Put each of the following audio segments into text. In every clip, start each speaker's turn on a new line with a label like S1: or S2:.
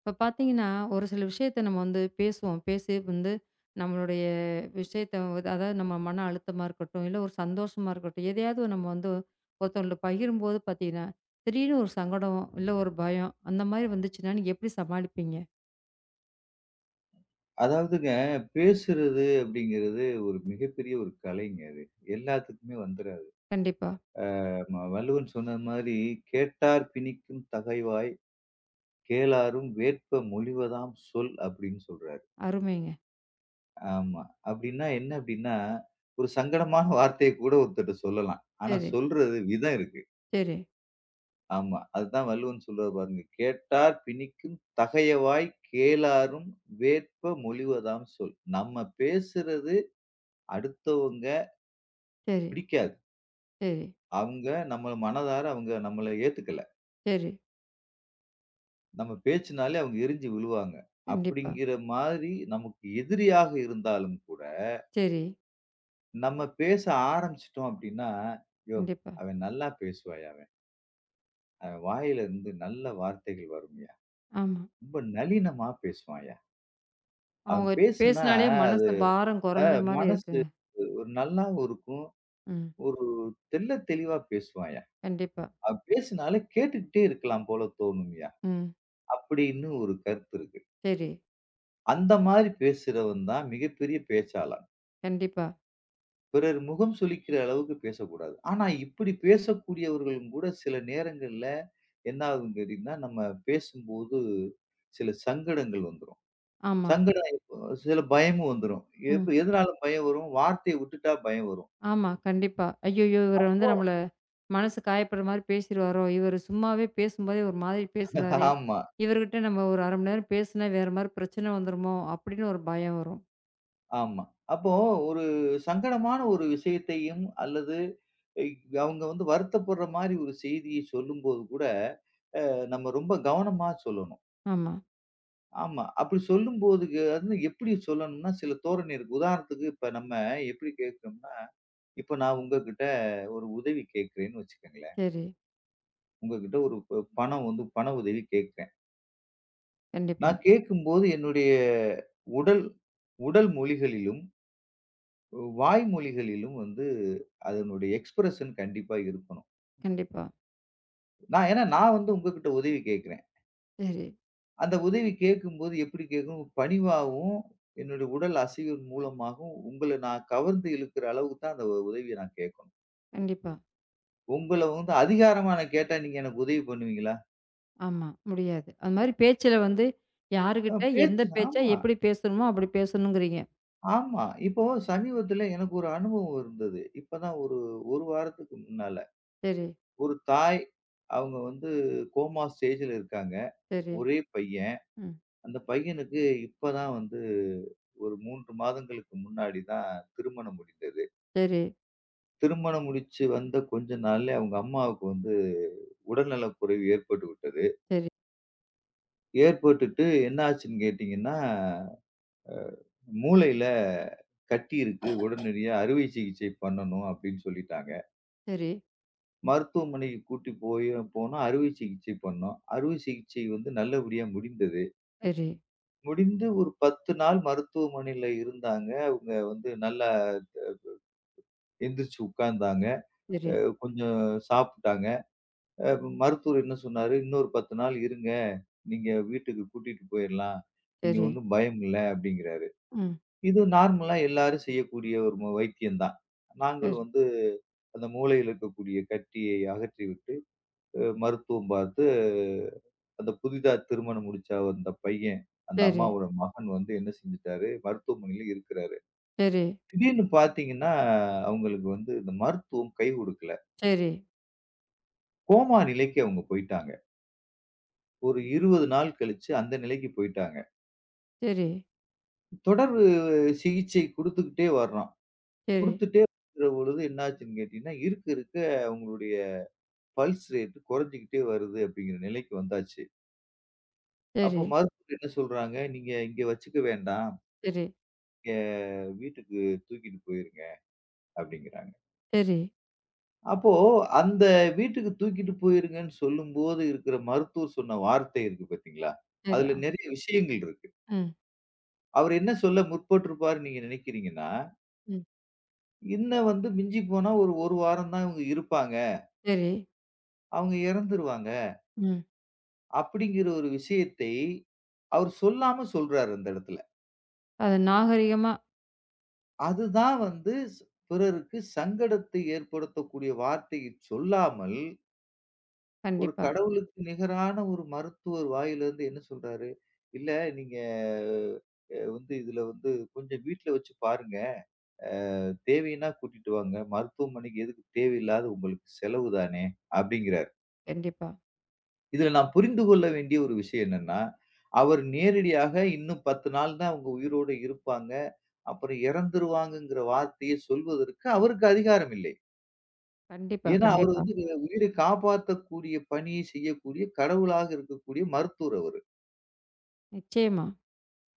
S1: இப்போ பார்த்தீங்கன்னா, ஒரு சில விஷயத்த நம்ம வந்து பேசுவோம். பேசி வந்து நம்மளுடைய விஷயத்த அதாவது நம்ம மன அழுத்தமா இருக்கட்டும், இல்ல ஒரு சந்தோஷமா இருக்கட்டும், எதையாவது நம்ம வந்து ஒருத்தவங்கள்ட்ட பகிரும்போது பார்த்தீங்கன்னா, திடீர்னு ஒரு சங்கடம், இல்ல ஒரு பயம் அந்த மாரி வந்துச்சுன்னா, நீங்க எப்படி சமாளிப்பீங்க?
S2: அதாவதுங்க, பேசுறது அப்படிங்கிறது ஒரு மிகப்பெரிய ஒரு கலைங்க அது. எல்லாத்துக்குமே வந்துராது.
S1: கண்டிப்பா.
S2: நம்ம வள்ளுவன் சொன்னது மாதிரி, "கேட்டார் பிணிக்கும் தகைவாய், கேளாரும் வேட்ப மொழிவதாம் சொல்" அப்படின்னு சொல்றாரு.
S1: அருமைங்க.
S2: ஆமா. அப்படின்னா என்ன அப்படின்னா, ஒரு சங்கடமான வார்த்தைய கூட ஒருத்தர்ட்ட சொல்லலாம். ஆனா
S1: சரி,
S2: சொல்றது விதம் இருக்கு.
S1: சரி,
S2: ஆமா. அதுதான் வள்ளுவன் சொல்றாரு பாருங்க. "கேட்டார் பிணிக்கும் தகையவாய், கேளாரும் வேட்ப மொழிவதாம் சொல்." நம்ம பேசுறது அடுத்தவங்க
S1: சரி,
S2: பிடிக்காது.
S1: சரி,
S2: அவங்க நம்மள மனதார அவங்க நம்மள ஏத்துக்கல.
S1: சரி.
S2: நம்ம பேச்சுனாலே அவங்க எரிஞ்சு விழுவாங்க.
S1: கண்டிப்பா.
S2: அப்படிங்கிற மாதிரி நமக்கு எதிரியாக இருந்தாலும் கூட,
S1: சரி.
S2: நம்ம பேச ஆரம்பிச்சுட்டோம் அப்படின்னா, யோவ்!
S1: கண்டிப்பா.
S2: அவன் நல்லா பேசுவான்யா அவன். அவன் வாயிலிருந்து நல்ல வார்த்தைகள் வரும்யா.
S1: ஆமா.
S2: ரொம்ப நளினமா பேசுவான்யா. அவன்
S1: அவங்கட்ட
S2: பேசுனா
S1: பேசினாலே
S2: அது
S1: மனசு பாரம்
S2: அ
S1: குறைஞ்ச மாரி
S2: மனசு
S1: இருக்குங்க.
S2: ஒரு நல்லாவும் இருக்கும்.
S1: ம்.
S2: ஒரு தெள்ள தெளிவா பேசுவான்யா.
S1: கண்டிப்பா.
S2: அவன் பேசினாலே கேட்டுக்கிட்டே இருக்கலாம் போல தோணும்யா.
S1: ம்.
S2: அப்படின்னு ஒரு கருத்து இருக்கு.
S1: சரி.
S2: அந்த மாதிரி பேசுறவன் தான் மிகப்பெரிய பேச்சாளன்.
S1: கண்டிப்பா.
S2: பிறர் முகம் சுளிக்கிற அளவுக்கு பேசக்கூடாது. ஆனா இப்படி பேசக்கூடியவர்களும் கூட சில நேரங்கள்ல என்ன ஆகும்ன்னு கேட்டீங்கன்னா, நம்ம பேசும்போது சில சங்கடங்கள் வந்துரும்.
S1: ஆமா.
S2: சங்கடம் இப்போ சில பயமும் வந்துரும்.
S1: ம்.
S2: எதனால பயம் வரும்? வார்த்தைய விட்டுட்டா பயம் வரும்.
S1: ஆமா, கண்டிப்பா. ஐயய்யோ! இவரு வந்து நம்மள மனசு காயப்படுற மாரி பேசிருவாரோ! இவரு சும்மாவே பேசும்போதே ஒரு மாதிரி பேசுறாரே!
S2: ஆமா,
S1: இவர்கிட்ட நம்ம ஒரு ½ மணி நேரம் பேசினா வேற மாரி பிரச்சனை வந்துருமோ! அப்படின்னு ஒரு பயம் வரும்.
S2: ஆமா. அப்போ ஒரு சங்கடமான ஒரு விஷயத்தையும் அல்லது இ அவங்க வந்து வருத்தப்படுற மாரி ஒரு செய்தியை சொல்லும்போது கூட, நம்ம ரொம்ப கவனமா சொல்லணும்.
S1: ஆமா.
S2: ஆமா. அப்படி சொல்லும்போது அது எப்படி சொல்லணும்னா, சில தோரணை இருக்கு. உதாரணத்துக்கு இப்ப நம்ம எப்படி கேட்கிறோம்னா, இப்ப நான் உங்ககிட்ட ஒரு உதவி கேட்கிறேன்னு வச்சுக்கங்களேன்.
S1: சரி.
S2: உங்ககிட்ட ஒரு பணம் வந்து பண உதவி கேட்கிறேன்.
S1: கண்டிப்பா,
S2: நான் கேட்கும்போது என்னுடைய உடல் உடல் மொழிகளிலும், வாய்மொழிகளிலும் வந்து அதனுடைய எக்ஸ்பிரஷன் கண்டிப்பா இருக்கணும்.
S1: கண்டிப்பா.
S2: நான் ஏன்னா நான் வந்து உங்ககிட்ட உதவி கேட்கிறேன்.
S1: சரி.
S2: அந்த உதவி கேட்கும்போது எப்படி கேட்கணும்? பணிவாவும், என்னுடைய உடல் அசைவின் மூலமாகவும் உங்கள நான் கவர்ந்து இழுக்கிற அளவுக்கு தான் அந்த உதவிய நான் கேட்கணும்.
S1: கண்டிப்பா.
S2: உங்கள வந்து அதிகாரமா நான் கேட்டா நீங்க எனக்கு உதவி பண்ணுவீங்களா?
S1: ஆமா. முடியாது. அது மாரி பேச்சுல வந்து
S2: அ
S1: யாருகிட்ட எந்த
S2: பேச்சு
S1: பேச்ச
S2: ஆமா,
S1: எப்படி பேசணுமோ, அப்படி பேசணுங்கிறீங்க.
S2: ஆமா. இப்போ சமீபத்தில எனக்கு ஒரு அனுபவம் இருந்தது. இப்ப தான் ஒரு 1 வாரத்துக்கு முன்னால.
S1: சரி,
S2: ஒரு தாய், அவங்க வந்து கோமா ஸ்டேஜ்ல இருக்காங்க.
S1: சரி.
S2: ஒரே பையன்.
S1: ம்.
S2: அந்த பையனுக்கு இப்ப தான் வந்து ஒரு 3 மாதங்களுக்கு முன்னாடி தான் திருமணம் முடிந்தது.
S1: சரி,
S2: திருமணம் முடிச்சு வந்த கொஞ்ச நாள்ல அவங்க அம்மாவுக்கு வந்து உடல்நலக் குறைவு ஏற்பட்டு விட்டது.
S1: சரி,
S2: ஏற்பட்டுட்டு என்ன ஆச்சுன்னு கேட்டீங்கன்னா, மூளையில கட்டி இருக்கு. உடனடியா அறுவை சிகிச்சை பண்ணணும் அப்படின்னு சொல்லிட்டாங்க.
S1: சரி,
S2: மருத்துவமனைக்கு கூட்டி போய் போனோம். அறுவை சிகிச்சை பண்ணோம். அறுவை சிகிச்சை வந்து நல்லபடியா முடிந்தது.
S1: சரி,
S2: முடிந்து ஒரு 10 நாள் மருத்துவமனையில இருந்தாங்க. அவங்க வந்து நல்லா எந்திரிச்சு உட்கார்ந்தாங்க. அ
S1: சரி,
S2: கொஞ்சம் சாப்பிட்டாங்க. அ மருத்துவர் என்ன சொன்னாரு, "இன்னொரு 10 நாள் இருங்க. நீங்க வீட்டுக்கு கூட்டிட்டு போயிரலாம். இனி
S1: சரி.
S2: ஒண்ணும் பயம் இல்ல." அப்படிங்கிறாரு.
S1: ம்.
S2: இது நார்மலா எல்லாரும் செய்யக்கூடிய ஒரு வைத்தியம் தான். நாங்கள்
S1: சரி,
S2: வந்து அந்த மூளையில இருக்கக்கூடிய கட்டியை அகற்றிவிட்டு, மருத்துவம் பார்த்து, அந்த புதிதா திருமணம் முடிச்ச அந்த பையன், அந்த
S1: சரி,
S2: அம்மாவோட மகன் வந்து என்ன செஞ்சுட்டாரு, மருத்துவமனையில இருக்கிறாரு.
S1: சரி,
S2: திடீர்னு பார்த்தீங்கன்னா, அவங்களுக்கு வந்து இந்த மருத்துவம் கை கொடுக்கல.
S1: சரி.
S2: கோமா நிலைக்கு அவங்க போயிட்டாங்க. ஒரு 20 நாள் கழிச்சு அந்த நிலைக்கு போயிட்டாங்க.
S1: சரி,
S2: தொடர் சிகிச்சை குடுத்துக்கிட்டே வர்றோம்.
S1: சரி,
S2: குடுத்துட்டே இருக்கிற பொழுது என்னாச்சுன்னு கேட்டீங்கன்னா, இருக்க இருக்க அவங்களுடைய பல்ஸ் ரேட் குறைஞ்சுகிட்டே வருது அப்படிங்கிற நிலைக்கு வந்தாச்சு. அப்ப
S1: சரி,
S2: மருத்துவர் என்ன சொல்றாங்க, "நீங்க இங்க வச்சுக்க வேண்டாம்.
S1: சரி,
S2: நீங்க வீட்டுக்கு தூக்கிட்டு போயிருங்க" அப்படிங்கிறாங்க.
S1: சரி,
S2: அப்போ அந்த வீட்டுக்கு தூக்கிட்டு போயிருங்கன்னு சொல்லும்போது இருக்கிற மருத்துவர் சொன்ன வார்த்தை இருக்கு பார்த்தீங்களா?
S1: சரி. அ,
S2: அதுல நெறைய விஷயங்கள் இருக்கு.
S1: ம்,
S2: அவர் என்ன சொல்ல முற்பட்டிருப்பாருன்னு நீங்க நினைக்கிறீங்கன்னா
S1: ம்.
S2: இன்ன வந்து மிஞ்சி போனா ஒரு 1 வாரம் தான் இவங்க இருப்பாங்க.
S1: சரி.
S2: அவங்க இறந்துருவாங்க.
S1: ம்.
S2: அப்படிங்கிற ஒரு விஷயத்தை அவர் சொல்லாம சொல்றாரு அந்த இடத்துல.
S1: அது நாகரிகமா
S2: அதுதான் வந்து பிறருக்கு சங்கடத்தை ஏற்படுத்தக்கூடிய வார்த்தையை சொல்லாமல், ஒரு
S1: கண்டிப்பா,
S2: கடவுளுக்கு நிகரான ஒரு மருத்துவர் வாயிலிருந்து என்ன சொல்றாரு, "இல்ல நீங்க வந்து இதுல வந்து கொஞ்சம் வீட்ல வச்சு பாருங்க. தேவைன்னா கூட்டிட்டு வாங்க. மருத்துவமனைக்கு எதுக்கு தேவையில்லாத உங்களுக்கு செலவு தானே" அப்படிங்கிறாரு.
S1: கண்டிப்பா,
S2: இதுல நான் புரிந்து கொள்ள வேண்டிய ஒரு விஷயம் என்னன்னா, அவர் நேரடியாக இன்னும் 10 நாள் தான் அவங்க உயிரோட இருப்பாங்க. அப்புறம் இறந்துருவாங்கங்கிற வார்த்தையை சொல்வதற்கு அவருக்கு அதிகாரம் இல்லை.
S1: கண்டிப்பா,
S2: ஏன்னா, அவர்
S1: கண்டிப்பா.
S2: வந்து உயிரை காப்பாத்தக்கூடிய பணியை செய்யக்கூடிய கடவுளாக இருக்கக்கூடிய மருத்துவர் அவரு.
S1: நிச்சயமா.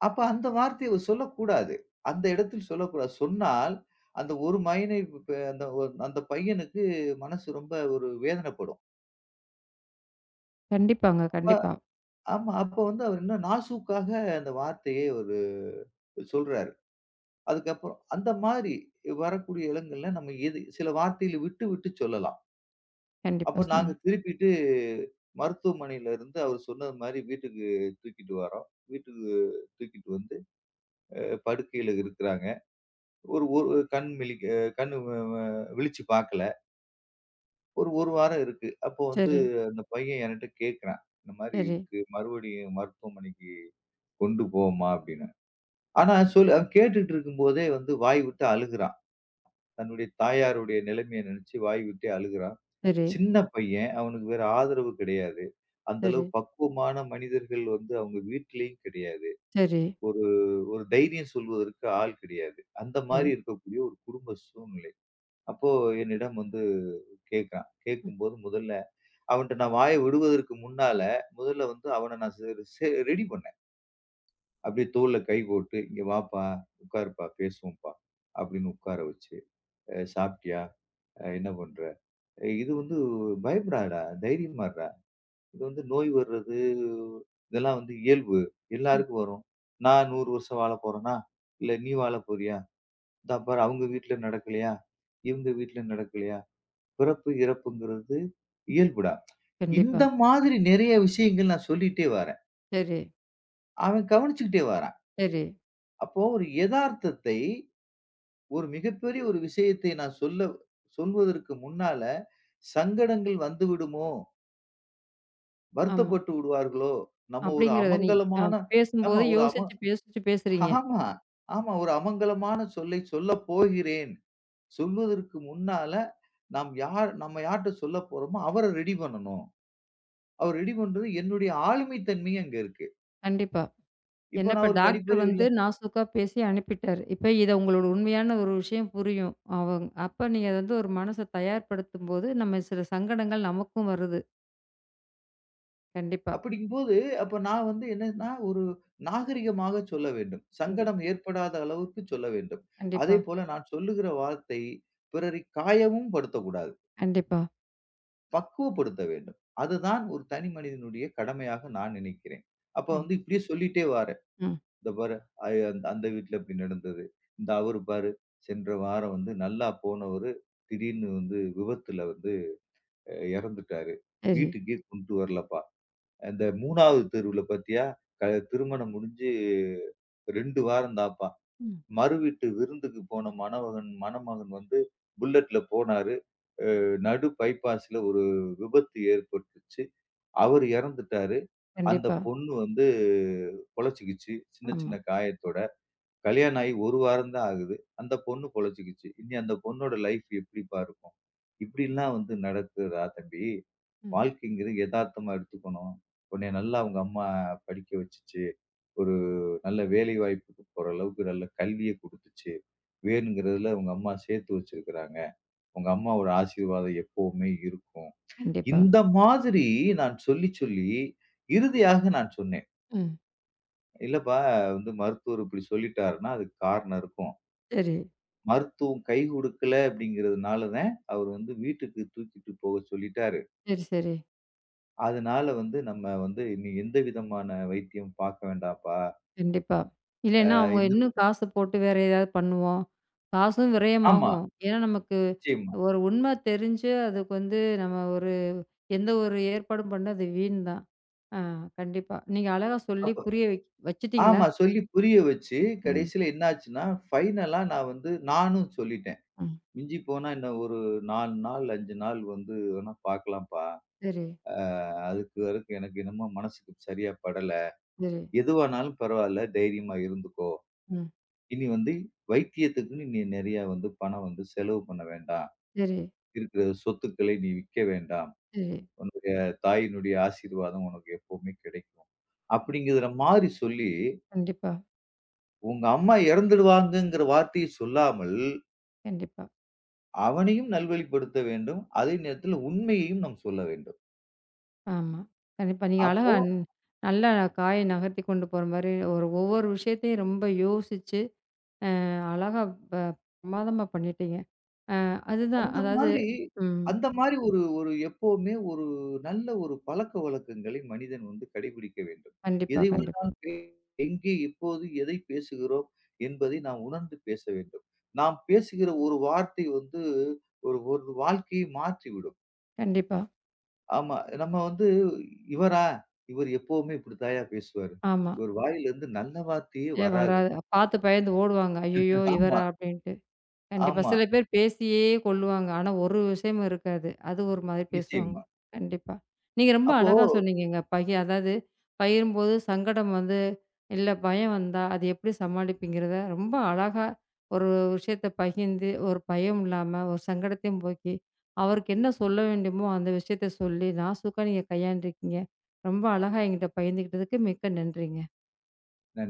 S2: அப்ப அந்த வார்த்தையை அவர் சொல்லக்கூடாது. அந்த இடத்தில் சொல்லக்கூடாது. சொன்னால் அந்த ஒரு மகனை இப்ப அந்த பையனுக்கு மனசு ரொம்ப ஒரு வேதனைப்படும்.
S1: கண்டிப்பாங்க.
S2: அப்ப
S1: கண்டிப்பா,
S2: ஆமா. அப்ப வந்து அவர் இன்னும் நாசூக்காக அந்த வார்த்தையை அவரு சொல்றாரு. அதுக்கப்புறம் அந்த மாதிரி வரக்கூடிய இடங்கள்ல நம்ம எது சில வார்த்தையில விட்டு, விட்டு சொல்லலாம்.
S1: கண்டிப்பா
S2: அப்ப நாங்க
S1: சொல்லுங்க.
S2: திருப்பிட்டு மருத்துவமனையில இருந்து அவர் சொன்னது மாரி வீட்டுக்கு தூக்கிட்டு வரோம். வீட்டுக்கு தூக்கிட்டு வந்து படுக்கையில இருக்கிறாங்க. ஒரு ஒரு கண் விழிக்க கண் வ வ விழிச்சு பார்க்கல. ஒரு 1 வாரம் இருக்கு. அப்போ வந்து
S1: சரி,
S2: அந்த பையன் என்கிட்ட கேட்கிறான். இந்த மாரி
S1: சரி,
S2: இருக்கு. மறுபடியும் மருத்துவமனைக்கு கொண்டு போவோமா அப்படின்னு. ஆனா கேட்டுட்டு இருக்கும்போதே வந்து வாய் விட்டு அழுகுறான். தன்னுடைய தாயாருடைய நிலைமைய நினைச்சு வாய் விட்டே அழுகுறான்.
S1: சரி,
S2: சின்ன பையன். அவனுக்கு வேற ஆதரவு கிடையாது. அந்த அளவு
S1: சரி,
S2: பக்குவமான மனிதர்கள் வந்து அவங்க வீட்டிலயும் கிடையாது.
S1: சரி,
S2: ஒரு ஒரு தைரியம் சொல்வதற்கு ஆள் கிடையாது. அந்த
S1: சரி.
S2: மாரி இருக்கக்கூடிய ஒரு குடும்ப சூழ்நிலை. அப்போ என்னிடம் வந்து கேட்குறான்.
S1: ம்,
S2: கேட்கும்போது முதல்ல அவன்ட்ட நான் வாய விடுவதற்கு முன்னால, முதல்ல வந்து அவன நான் ச சே ரெடி பண்ணேன். அப்படியே தோள்ல கை போட்டு, "இங்க வாப்பா, உட்காருப்பா, பேசுவோம்ப்பா" அப்படின்னு உட்கார வச்சு, சாப்பிட்டியா? என்ன பண்ற?" இது வந்து பயப்படாதடா! தைரியமா இருடா! இது வந்து நோய் வர்றது, இதெல்லாம் வந்து இயல்பு.
S1: ம்.
S2: எல்லாருக்கும் வரும். நான் 100 வருஷம் வாழப் போறேனா? இல்ல நீ வாழப் போறியா? இந்தா பாரு அவங்க வீட்ல நடக்கலையா? இவங்க வீட்ல நடக்கலையா? பிறப்பு, இறப்புங்கிறது இயல்புடா.
S1: கண்டிப்பா.
S2: இந்த மாதிரி நிறைய விஷயங்கள் நான் சொல்லிட்டே வரேன்.
S1: சரி,
S2: அவன் கவனிச்சுக்கிட்டே வரான்.
S1: சரி.
S2: அப்போ ஒரு எதார்த்தத்தை, ஒரு மிகப்பெரிய ஒரு விஷயத்தை நான் சொல்ல சொல்வதற்கு முன்னால சங்கடங்கள் வந்துவிடுமோ!
S1: ஆமா.
S2: வருத்தப்பட்டு விடுவார்களோ! நம்ம ஒரு
S1: அப்படிங்கிறத நீ அ
S2: அமங்கலமான ஆமா
S1: பேசும்போது
S2: ஒரு அம
S1: யோசிச்சு, பேசுறீங்க.
S2: ஆமா, ஆமா. ஒரு அமங்கலமான சொல்லை சொல்லப் போகிறேன். சொல்வதற்கு முன்னால நாம் யார் நம்ம யார்ட்ட சொல்லப் போறோமோ, அவர ரெடி பண்ணணும். அவர ரெடி பண்றது என்னுடைய ஆளுமை தன்மை அங்க இருக்கு.
S1: கண்டிப்பா. என்ன
S2: இப்ப
S1: இப்ப
S2: நான் ஒரு
S1: டாக்டர்
S2: படிப்பறிவு இல்ல.
S1: வந்து நாசூக்கா பேசி அனுப்பிட்டாரு. இப்ப இத உங்களோட உண்மையான ஒரு விஷயம் புரியும். அப்ப நீங்க அது வந்து ஒரு மனச தயார்படுத்தும்போது, நம்ம சில சங்கடங்கள் நமக்கும் வருது. கண்டிப்பா,
S2: அப்படிங்கும்போது, அப்ப நான் வந்து என்னன்னா, ஒரு நாகரிகமாக சொல்ல வேண்டும்.
S1: கண்டிப்பா,
S2: சங்கடம் ஏற்படாத அளவுக்கு சொல்ல வேண்டும்.
S1: கண்டிப்பா,
S2: அதேபோல நான் சொல்லுகிற வார்த்தை பிறரை காயமும் படுத்தக்கூடாது.
S1: கண்டிப்பா.
S2: பக்குவப்படுத்த வேண்டும். அதுதான் ஒரு தனி மனிதனுடைய கடமையாக நான் நினைக்கிறேன். அப்ப
S1: கண்
S2: வந்து இப்படியே சொல்லிட்டே வாரேன்.
S1: ம்.
S2: "இந்த பாரு அந்த அந்த வீட்ல இப்படி நடந்தது. இந்த அவரு பாரு சென்ற வாரம் வந்து நல்லா போனவரு, திடீர்னு வந்து விபத்துல வந்து இறந்துட்டாரு.
S1: சரி.
S2: வீட்டுக்கே கொண்டு வரலப்பா. இந்த 3வது தெருவுல பாத்தியா? க திருமணம் முடிஞ்சு 2 வாரம் தான்ப்பா.
S1: ம்.
S2: மறுவீட்டு விருந்துக்கு போன மணமகன் மணமகன் வந்து புல்லட்ல போனாரு. நடு பைபாஸ்ல ஒரு விபத்து ஏற்பட்டுச்சு. அவரு இறந்துட்டாரு. அந்த
S1: கண்டிப்பா.
S2: பொண்ணு வந்து பொழச்சுக்கிச்சு. சின்ன
S1: ஆமா.
S2: சின்ன காயத்தோட. கல்யாணம் ஆகி 1 வாரம் தான் ஆகுது. அந்த பொண்ணு பொழச்சுக்கிச்சு. இனி அந்த பொண்ணோட லைஃப் எப்படிப்பா இருக்கும்? இப்படிலாம் வந்து நடக்குதா தம்பி?
S1: ம்.
S2: வாழ்க்கைங்கிறது எதார்த்தமா எடுத்துக்கணும். உன்னைய நல்லா உங்க அம்மா படிக்க வச்சுச்சு. ஒரு நல்ல வேலை வாய்ப்புக்கு போற அளவுக்கு நல்ல கல்விய குடுத்துச்சு. வேணுங்கிறதுல உங்க அம்மா சேர்த்து வச்சிருக்கிறாங்க. உங்க அம்மாவோட ஆசீர்வாதம் எப்பவுமே இருக்கும்.
S1: கண்டிப்பா.
S2: இந்த மாதிரி நான் சொல்லி, சொல்லி இறுதியாக நான் சொன்னேன்.
S1: ம்.
S2: "இல்லப்பா வந்து மருத்துவர் இப்படி சொல்லிட்டாருன்னா, அதுக்கு காரணம் இருக்கும்.
S1: சரி.
S2: மருத்துவம் கை குடுக்கல அப்படிங்கிறதுனால தான், அவர் வந்து வீட்டுக்கு தூக்கிட்டு போக சொல்லிட்டாரு.
S1: சரி, சரி.
S2: அதனால வந்து நம்ம வந்து இனி எந்த விதமான வைத்தியம் பார்க்க வேண்டாம்ப்பா."
S1: கண்டிப்பா.
S2: அ
S1: இல்லைன்னா அவங்க
S2: இந்த
S1: இன்னும் காசு போட்டு வேற ஏதாவது பண்ணுவோம். காசும்
S2: ஆமா,
S1: விரயமாகும். ஏன்னா நமக்கு
S2: நிச்சயமா.
S1: ஒரு உண்மை தெரிஞ்சு அதுக்கு வந்து நம்ம ஒரு எந்த ஒரு ஏற்பாடும் பண்ணது வீண் தான். ஆ கண்டிப்பா. நீங்க அழகா சொல்லி
S2: அப்ப
S1: புரிய வச்சுட்டீங்களா?
S2: ஆமா சொல்லி புரிய வச்சு,
S1: ம்,
S2: கடைசியில என்னாச்சுன்னா, ஃபைனலா நான் வந்து நானும் சொல்லிட்டேன்.
S1: ம்.
S2: "மிஞ்சி போனா என்ன ஒரு 4 நாள், 5 நாள் வந்து வேணா பார்க்கலாம்ப்பா."
S1: சரி,
S2: அ அதுக்கு வரைக்கும் எனக்கு என்னமோ மனசுக்கு சரியா படல.
S1: சரி,
S2: எதுவானாலும் பரவால்ல தைரியமா இருந்துக்கோ.
S1: ம்.
S2: இனி வந்து வைத்தியத்துக்குன்னு நீ நெறையா வந்து பணம் வந்து செலவு பண்ண வேண்டாம்.
S1: சரி,
S2: இருக்கிற சொத்துக்களை நீ விக்க வேண்டாம்.
S1: சரி.
S2: உன்னுடைய தாயினுடைய ஆசீர்வாதம் உனக்கு எப்பவுமே கிடைக்கும். அப்படிங்கிற மாரி சொல்லி,
S1: கண்டிப்பா,
S2: உங்க அம்மா இறந்துடுவாங்கங்கிற வார்த்தையை சொல்லாமல்,
S1: கண்டிப்பா.
S2: அவனையும் நல்வழிப்படுத்த வேண்டும். அதே நேரத்தில உண்மையையும் நாம் சொல்ல வேண்டும்.
S1: ஆமா. கண்டிப்பா. நீங்க அழகா
S2: அப்ப
S1: நல்லா காய நகர்த்தி கொண்டு போற மாரி ஒரு ஒவ்வொரு விஷயத்தையும் ரொம்ப யோசிச்சு, அழகா ப பிரமாதமா பண்ணிட்டீங்க. அதுதான்.
S2: அந்த
S1: அதாவது
S2: மாதிரி
S1: ம்.
S2: அந்த மாதிரி ஒரு ஒரு எப்பவுமே ஒரு நல்ல ஒரு பழக்கவழக்கங்களை மனிதன் வந்து கடைபிடிக்க வேண்டும்.
S1: கண்டிப்பா,
S2: எதை
S1: கண்டிப்பா,
S2: வேணாலும் எங்கே, எப்போது, எதை பேசுகிறோம் என்பதை நாம் உணர்ந்து பேச வேண்டும். நாம் பேசுகிற ஒரு வார்த்தை வந்து ஒரு ஒரு வாழ்க்கையை மாற்றிவிடும்.
S1: கண்டிப்பா.
S2: ஆமா. நம்ம வந்து இவரா? இவர் எப்பவுமே இப்படித்தாயா பேசுவாரு.
S1: ஆமா.
S2: இவர் வாயிலிருந்து நல்ல வார்த்தையே
S1: ஏன்
S2: வராது.
S1: வராது. பார்த்து பயந்து ஓடுவாங்க. "ஐயய்யோ!
S2: ஆமா,
S1: இவரா?" அப்படின்ட்டு. கண்டிப்பா.
S2: ஆமா.
S1: சில பேர் பேசியே கொல்லுவாங்க. ஆனா, ஒரு விஷயம் இருக்காது. அது ஒரு மாதிரி பேசுவாங்க.
S2: நிச்சயமா.
S1: கண்டிப்பா. நீங்க ரொம்ப அழகா
S2: அப்போ
S1: சொன்னீங்கங்க. அதாவது பகிரும்போது சங்கடம் வந்து, இல்ல பயம் வந்தா, அது எப்படி சமாளிப்பீங்கிறத ரொம்ப அழகா ஒரு விஷயத்த பகிர்ந்து, ஒரு பயம் இல்லாம, ஒரு சங்கடத்தையும் போக்கி, அவருக்கு என்ன சொல்ல வேண்டுமோ அந்த விஷயத்த சொல்லி, நாசூக்கா நீங்க கையாண்டுருக்கீங்க. ரொம்ப அழகா என்கிட்ட பகிர்ந்துக்கிட்டதுக்கு மிக்க நன்றிங்க.